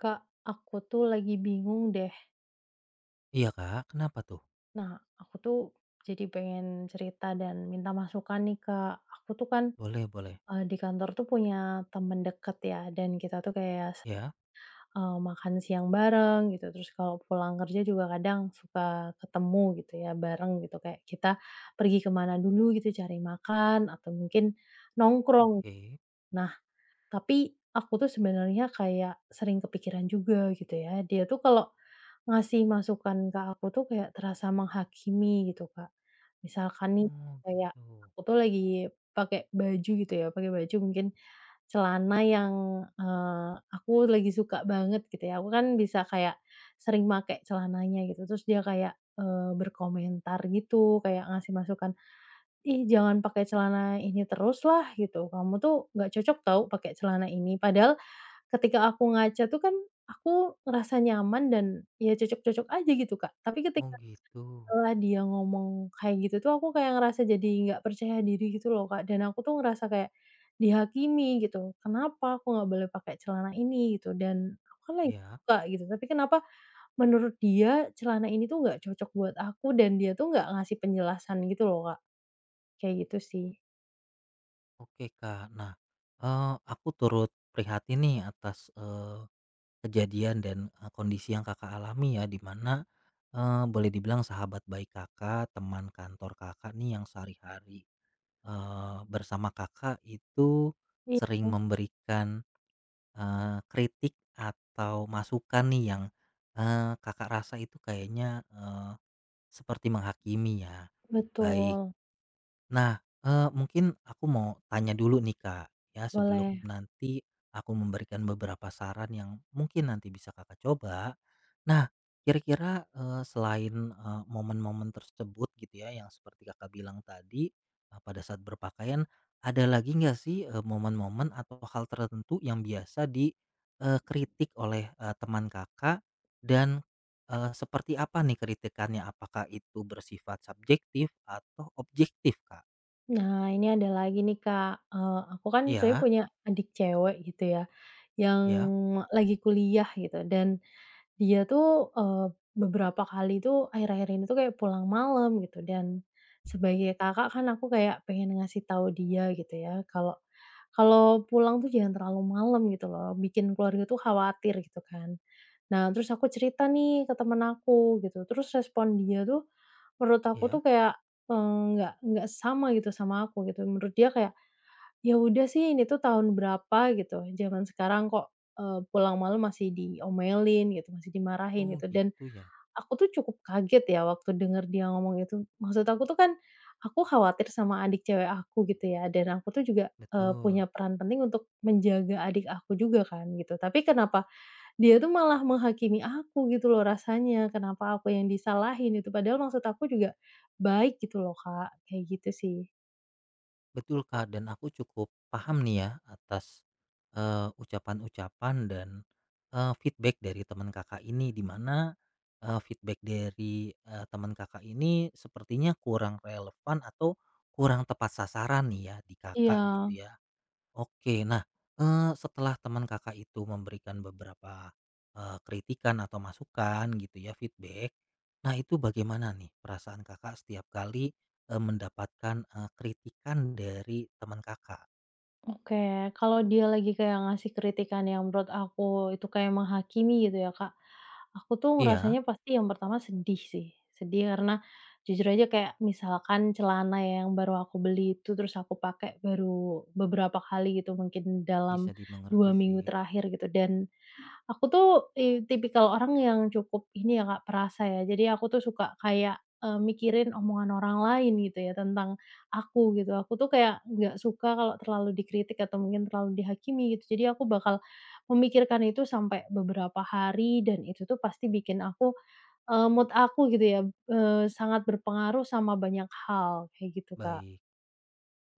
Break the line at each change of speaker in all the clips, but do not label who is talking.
Kak, aku tuh lagi bingung deh.
Iya, Kak, kenapa tuh?
Nah, aku tuh jadi pengen cerita dan minta masukan nih, Kak. Aku tuh kan
Boleh boleh.
di kantor tuh punya temen deket ya, dan kita tuh kayak
Ya,
makan siang bareng gitu. Terus kalau pulang kerja juga kadang suka ketemu gitu ya, bareng gitu. Kayak kita pergi kemana dulu gitu, cari makan atau mungkin nongkrong.
oke.
Nah, tapi aku tuh sebenarnya kayak sering kepikiran juga gitu ya. Dia tuh kalau ngasih masukan ke aku tuh kayak terasa menghakimi gitu, Kak. Misalkan nih
Oh,
kayak
gitu.
aku tuh lagi pakai baju gitu ya, pakai baju mungkin celana yang, aku lagi suka banget gitu ya. Aku kan bisa kayak sering pakai celananya gitu, terus dia kayak, berkomentar gitu, kayak ngasih masukan, "Ih, jangan pakai celana ini terus lah," gitu, "kamu tuh nggak cocok tahu pakai celana ini." Padahal ketika aku ngaca tuh kan aku ngerasa nyaman dan ya cocok-cocok aja gitu, Kak. Tapi
Oh,
ketika
gitu.
setelah dia ngomong kayak gitu tuh aku kayak ngerasa jadi nggak percaya diri gitu loh, Kak, dan aku tuh ngerasa kayak dihakimi gitu, "Kenapa aku nggak boleh pakai celana ini?" gitu, dan aku kan lagi
Ya,
suka gitu, tapi kenapa menurut dia celana ini tuh nggak cocok buat aku dan dia tuh nggak ngasih penjelasan gitu loh, Kak. Kayak gitu sih.
oke, Kak. Nah, aku turut prihatin nih atas, kejadian dan, kondisi yang Kakak alami ya, di mana, boleh dibilang sahabat baik Kakak, teman kantor Kakak nih yang sehari-hari, bersama Kakak itu
Iya,
sering memberikan Eee, kritik atau masukan nih yang, Kakak rasa itu kayaknya, seperti menghakimi ya, baik.
betul,
Nah, mungkin aku mau tanya dulu nih, Kak, ya sebelum
boleh.
nanti aku memberikan beberapa saran yang mungkin nanti bisa Kakak coba. Nah, kira-kira, selain, momen-momen tersebut gitu ya yang seperti Kakak bilang tadi, pada saat berpakaian, ada lagi nggak sih, momen-momen atau hal tertentu yang biasa dikritik oleh, teman Kakak dan, seperti apa nih kritikannya? Apakah itu bersifat subjektif atau objektif, Kak?
Nah, ini ada lagi nih, Kak, aku kan sebenarnya
Iya
punya adik cewek gitu ya, yang
iya
lagi kuliah gitu dan dia tuh, beberapa kali tuh akhir-akhir ini tuh kayak pulang malam gitu dan sebagai kakak kan aku kayak pengen ngasih tahu dia gitu ya kalau kalau pulang tuh jangan terlalu malam gitu loh, bikin keluarga tuh khawatir gitu kan. Nah, terus aku cerita nih ke temen aku gitu, terus respon dia tuh, menurut aku tuh
iya.
kayak, eee, nggak sama gitu sama aku gitu. Menurut dia kayak, "Ya udah sih ini tuh tahun berapa gitu, zaman sekarang kok, pulang malam masih diomelin gitu, masih dimarahin,"
Oh
gitu. Dan
gitu ya.
aku tuh cukup kaget ya waktu denger dia ngomong itu. Maksud aku tuh kan, aku khawatir sama adik cewek aku gitu ya, dan aku tuh juga,
Betul.
punya peran penting untuk menjaga adik aku juga kan gitu. Tapi kenapa dia tuh malah menghakimi aku gitu loh rasanya, kenapa aku yang disalahin itu, padahal maksud aku juga baik gitu loh, Kak, kayak gitu sih.
Betul, Kak, dan aku cukup paham nih ya atas, ucapan-ucapan dan, feedback dari teman Kakak ini di mana, feedback dari, teman Kakak ini sepertinya kurang relevan atau kurang tepat sasaran nih ya di
Iya,
Kakak gitu ya. Oke, nah, setelah teman Kakak itu memberikan beberapa, kritikan atau masukan gitu ya, feedback. Nah, itu bagaimana nih perasaan Kakak setiap kali, mendapatkan, kritikan dari teman Kakak?
oke. Kalau dia lagi kayak ngasih kritikan yang menurut aku itu kayak menghakimi gitu ya, Kak, aku tuh
Iya,
ngerasanya pasti yang pertama sedih sih, sedih karena jujur aja kayak misalkan celana yang baru aku beli itu terus aku pakai baru beberapa kali gitu mungkin
bisa
dalam
dimengerti
2 minggu
sih.
terakhir gitu dan aku tuh, tipikal orang yang cukup ini ya Kak, perasa ya. Jadi aku tuh suka kayak, mikirin omongan orang lain gitu ya tentang aku gitu. Aku tuh kayak nggak suka kalau terlalu dikritik atau mungkin terlalu dihakimi gitu. Jadi aku bakal memikirkan itu sampai beberapa hari dan itu tuh pasti bikin aku, mood aku gitu ya, sangat berpengaruh sama banyak hal, kayak gitu Kak.
Baik.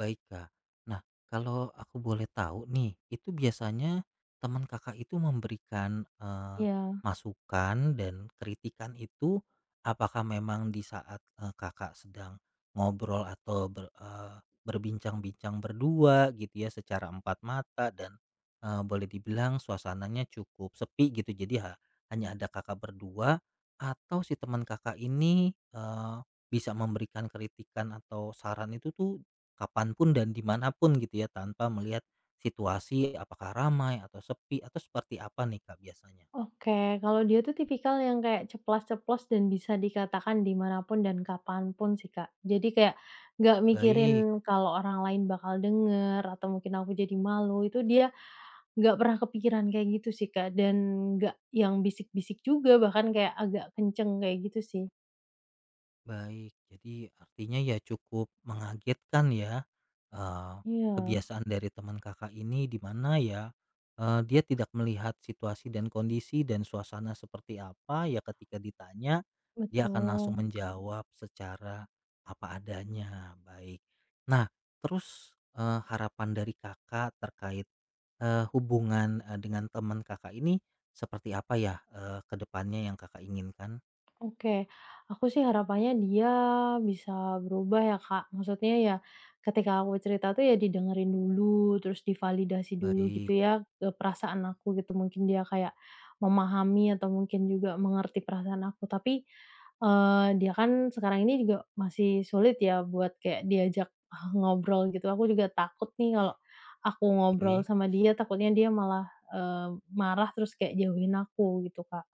Baik, Kak. Nah, kalau aku boleh tahu nih, itu biasanya teman Kakak itu memberikan,
Iya.
masukan dan kritikan itu apakah memang di saat, Kakak sedang ngobrol atau berbincang-bincang berdua gitu ya secara empat mata dan, boleh dibilang suasananya cukup sepi gitu jadi hanya ada Kakak berdua atau si teman Kakak ini, bisa memberikan kritikan atau saran itu tuh kapanpun dan dimanapun gitu ya, tanpa melihat situasi apakah ramai atau sepi atau seperti apa nih Kak biasanya?
Oke, kalau dia tuh tipikal yang kayak ceplas-ceplos dan bisa dikatakan dimanapun dan kapanpun sih, Kak. Jadi kayak nggak mikirin
Baik
kalau orang lain bakal denger atau mungkin aku jadi malu, itu dia nggak pernah kepikiran kayak gitu sih, Kak, dan nggak yang bisik-bisik juga, bahkan kayak agak kenceng kayak gitu sih.
baik. Jadi artinya ya cukup mengagetkan ya, eee,
Iya,
kebiasaan dari teman Kakak ini di mana ya, dia tidak melihat situasi dan kondisi dan suasana seperti apa, ya ketika ditanya dia akan langsung
betul.
menjawab secara apa adanya, baik. Nah terus, harapan dari Kakak terkait Eee, hubungan, dengan teman Kakak ini seperti apa ya, ke depannya yang Kakak inginkan?
Oke, aku sih harapannya dia bisa berubah ya Kak, maksudnya ya ketika aku cerita tuh ya didengerin dulu, terus divalidasi dulu
Baik,
gitu ya, perasaan aku gitu, mungkin dia kayak memahami atau mungkin juga mengerti perasaan aku. Tapi, dia kan sekarang ini juga masih sulit ya buat kayak diajak ngobrol gitu, aku juga takut nih kalau aku ngobrol
oke.
sama dia, takutnya dia malah, marah terus kayak jauhin aku gitu Kak.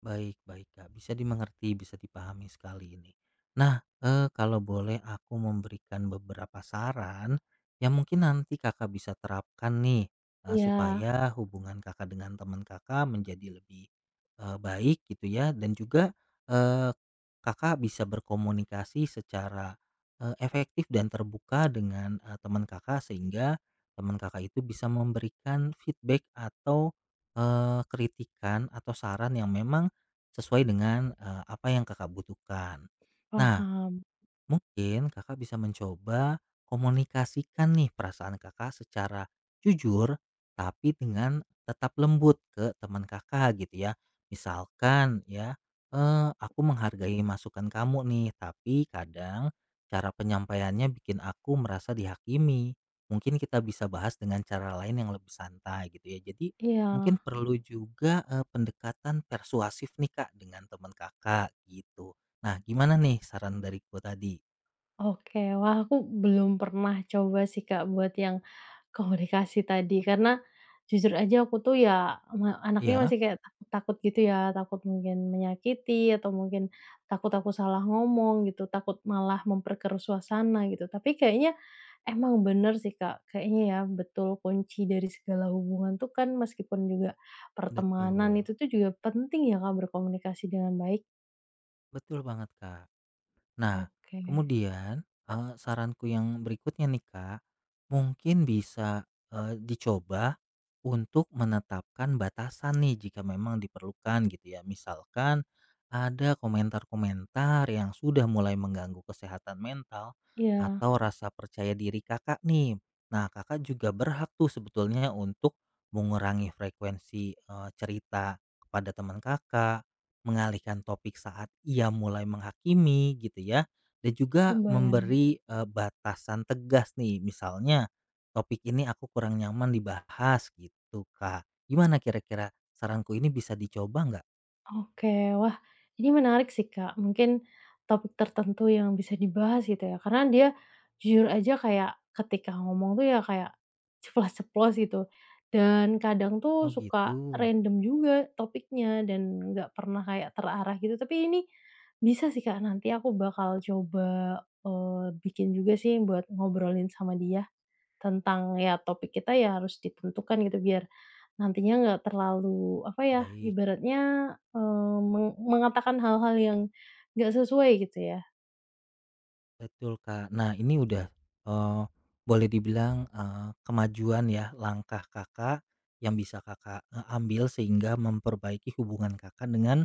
Baik baik, Kak, bisa dimengerti, bisa dipahami sekali ini. Nah, kalau boleh aku memberikan beberapa saran yang mungkin nanti Kakak bisa terapkan nih,
Iya,
supaya hubungan Kakak dengan teman Kakak menjadi lebih, baik gitu ya dan juga, eee, Kakak bisa berkomunikasi secara, efektif dan terbuka dengan, teman Kakak sehingga teman Kakak itu bisa memberikan feedback atau, kritikan atau saran yang memang sesuai dengan, apa yang Kakak butuhkan. Nah,
paham.
mungkin Kakak bisa mencoba komunikasikan nih perasaan Kakak secara jujur tapi dengan tetap lembut ke teman Kakak gitu ya. Misalkan ya, "Eh, aku menghargai masukan kamu nih, tapi kadang cara penyampaiannya bikin aku merasa dihakimi. Mungkin kita bisa bahas dengan cara lain yang lebih santai gitu ya." Jadi
Iya,
mungkin perlu juga pendekatan persuasif nih Kak dengan teman Kakak gitu. Nah, gimana nih saran dari gua tadi?
oke. Wah, aku belum pernah coba sih, Kak, buat yang komunikasi tadi, karena jujur aja aku tuh ya anaknya
Ya
masih kayak takut-takut gitu ya, takut mungkin menyakiti atau mungkin takut aku salah ngomong gitu, takut malah memperkeruh suasana gitu. Tapi kayaknya emang bener sih, Kak, kayaknya ya betul kunci dari segala hubungan tuh kan meskipun juga pertemanan
betul.
itu tuh juga penting ya, Kak, berkomunikasi dengan baik.
Betul banget, Kak. Nah,
Oke,
kemudian, saranku yang berikutnya nih, Kak, mungkin bisa, dicoba untuk menetapkan batasan nih jika memang diperlukan gitu ya. Misalkan ada komentar-komentar yang sudah mulai mengganggu kesehatan mental
iya,
atau rasa percaya diri Kakak nih. Nah, Kakak juga berhak tuh sebetulnya untuk mengurangi frekuensi, cerita kepada teman Kakak, mengalihkan topik saat ia mulai menghakimi gitu ya, dan juga
kembali.
memberi, batasan tegas nih misalnya, "Topik ini aku kurang nyaman dibahas," gitu Kak. Gimana kira-kira saranku ini bisa dicoba nggak?
Oke, wah ini menarik sih Kak, mungkin topik tertentu yang bisa dibahas gitu ya, karena dia jujur aja kayak ketika ngomong tuh ya kayak ceplos ceplos gitu, dan kadang tuh
Oh gitu,
suka random juga topiknya dan nggak pernah kayak terarah gitu, tapi ini bisa sih Kak, nanti aku bakal coba, bikin juga sih buat ngobrolin sama dia. Tentang ya topik kita ya harus ditentukan gitu biar nantinya nggak terlalu apa ya,
baik.
ibaratnya, eee, meng mengatakan hal-hal yang nggak sesuai gitu ya?
Betul Kak. Nah ini udah, eee, boleh dibilang, kemajuan ya langkah Kakak yang bisa Kakak, ambil sehingga memperbaiki hubungan Kakak dengan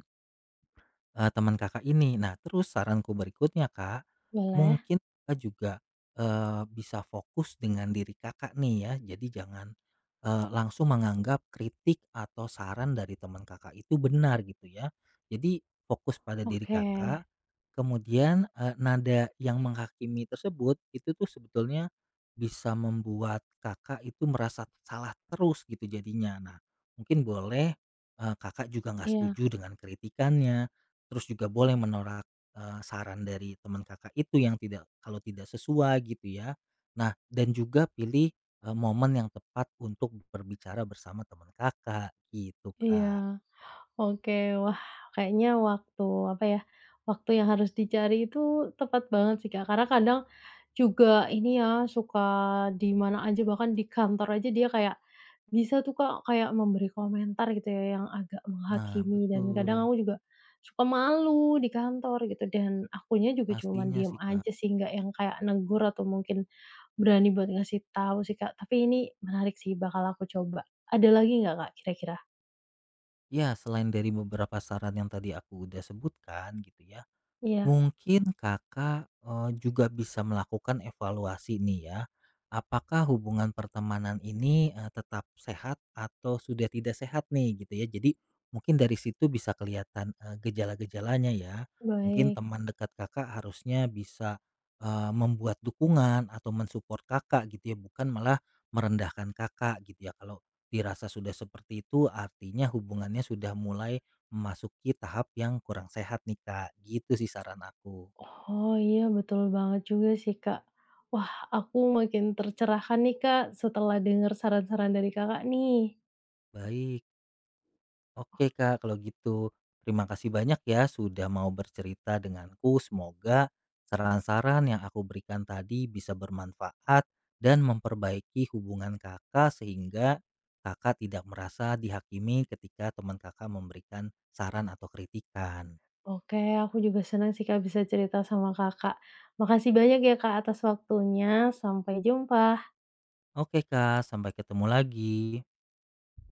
Eee, teman Kakak ini. Nah, terus saranku berikutnya, Kak,
Boleh.
mungkin Kakak juga, bisa fokus dengan diri Kakak nih ya. Jadi jangan, langsung menganggap kritik atau saran dari teman Kakak itu benar gitu ya. Jadi fokus pada diri
Oke.
Kakak, kemudian, nada yang menghakimi tersebut itu tuh sebetulnya bisa membuat Kakak itu merasa salah terus gitu jadinya. Nah, mungkin boleh, Kakak juga nggak
Iya
setuju dengan kritikannya. Terus juga boleh menolak, saran dari teman Kakak itu yang tidak kalau tidak sesuai gitu ya. Nah dan juga pilih, momen yang tepat untuk berbicara bersama teman Kakak gitu, Kak.
iya. Oke, wah kayaknya waktu, apa ya, waktu yang harus dicari itu tepat banget sih, Kak. Karena kadang juga ini ya, suka di mana aja, bahkan di kantor aja dia kayak bisa tuh, Kak, kayak memberi komentar gitu ya yang agak
Nah
menghakimi dan
betul,
kadang aku juga suka malu di kantor gitu dan akunya juga cuman
pastinya
diem
sih, Kak.
aja sih, nggak yang kayak negur atau mungkin berani buat ngasih tahu sih, Kak. Tapi ini menarik sih, bakal aku coba. Ada lagi nggak, Kak, kira-kira?
Ya selain dari beberapa saran yang tadi aku udah sebutkan gitu ya,
Iya,
mungkin Kakak, juga bisa melakukan evaluasi nih ya, apakah hubungan pertemanan ini, tetap sehat atau sudah tidak sehat nih gitu ya. Jadi mungkin dari situ bisa kelihatan, gejala-gejalanya ya. Mungkin
baik.
teman dekat Kakak harusnya bisa, membuat dukungan atau mensupport Kakak gitu ya, bukan malah merendahkan Kakak gitu ya. Kalau dirasa sudah seperti itu artinya hubungannya sudah mulai memasuki tahap yang kurang sehat nih Kak, gitu sih saran aku.
Oh iya betul banget juga sih Kak. Wah aku makin tercerahkan nih Kak setelah dengar saran-saran dari Kakak nih.
Baik, oke Kak kalau gitu. Terima kasih banyak ya sudah mau bercerita denganku. Semoga saran-saran yang aku berikan tadi bisa bermanfaat dan memperbaiki hubungan Kakak sehingga Kakak tidak merasa dihakimi ketika teman Kakak memberikan saran atau kritikan.
Oke aku juga senang sih Kak bisa cerita sama Kakak. Makasih banyak ya Kak atas waktunya. Sampai jumpa.
Oke Kak, sampai ketemu lagi.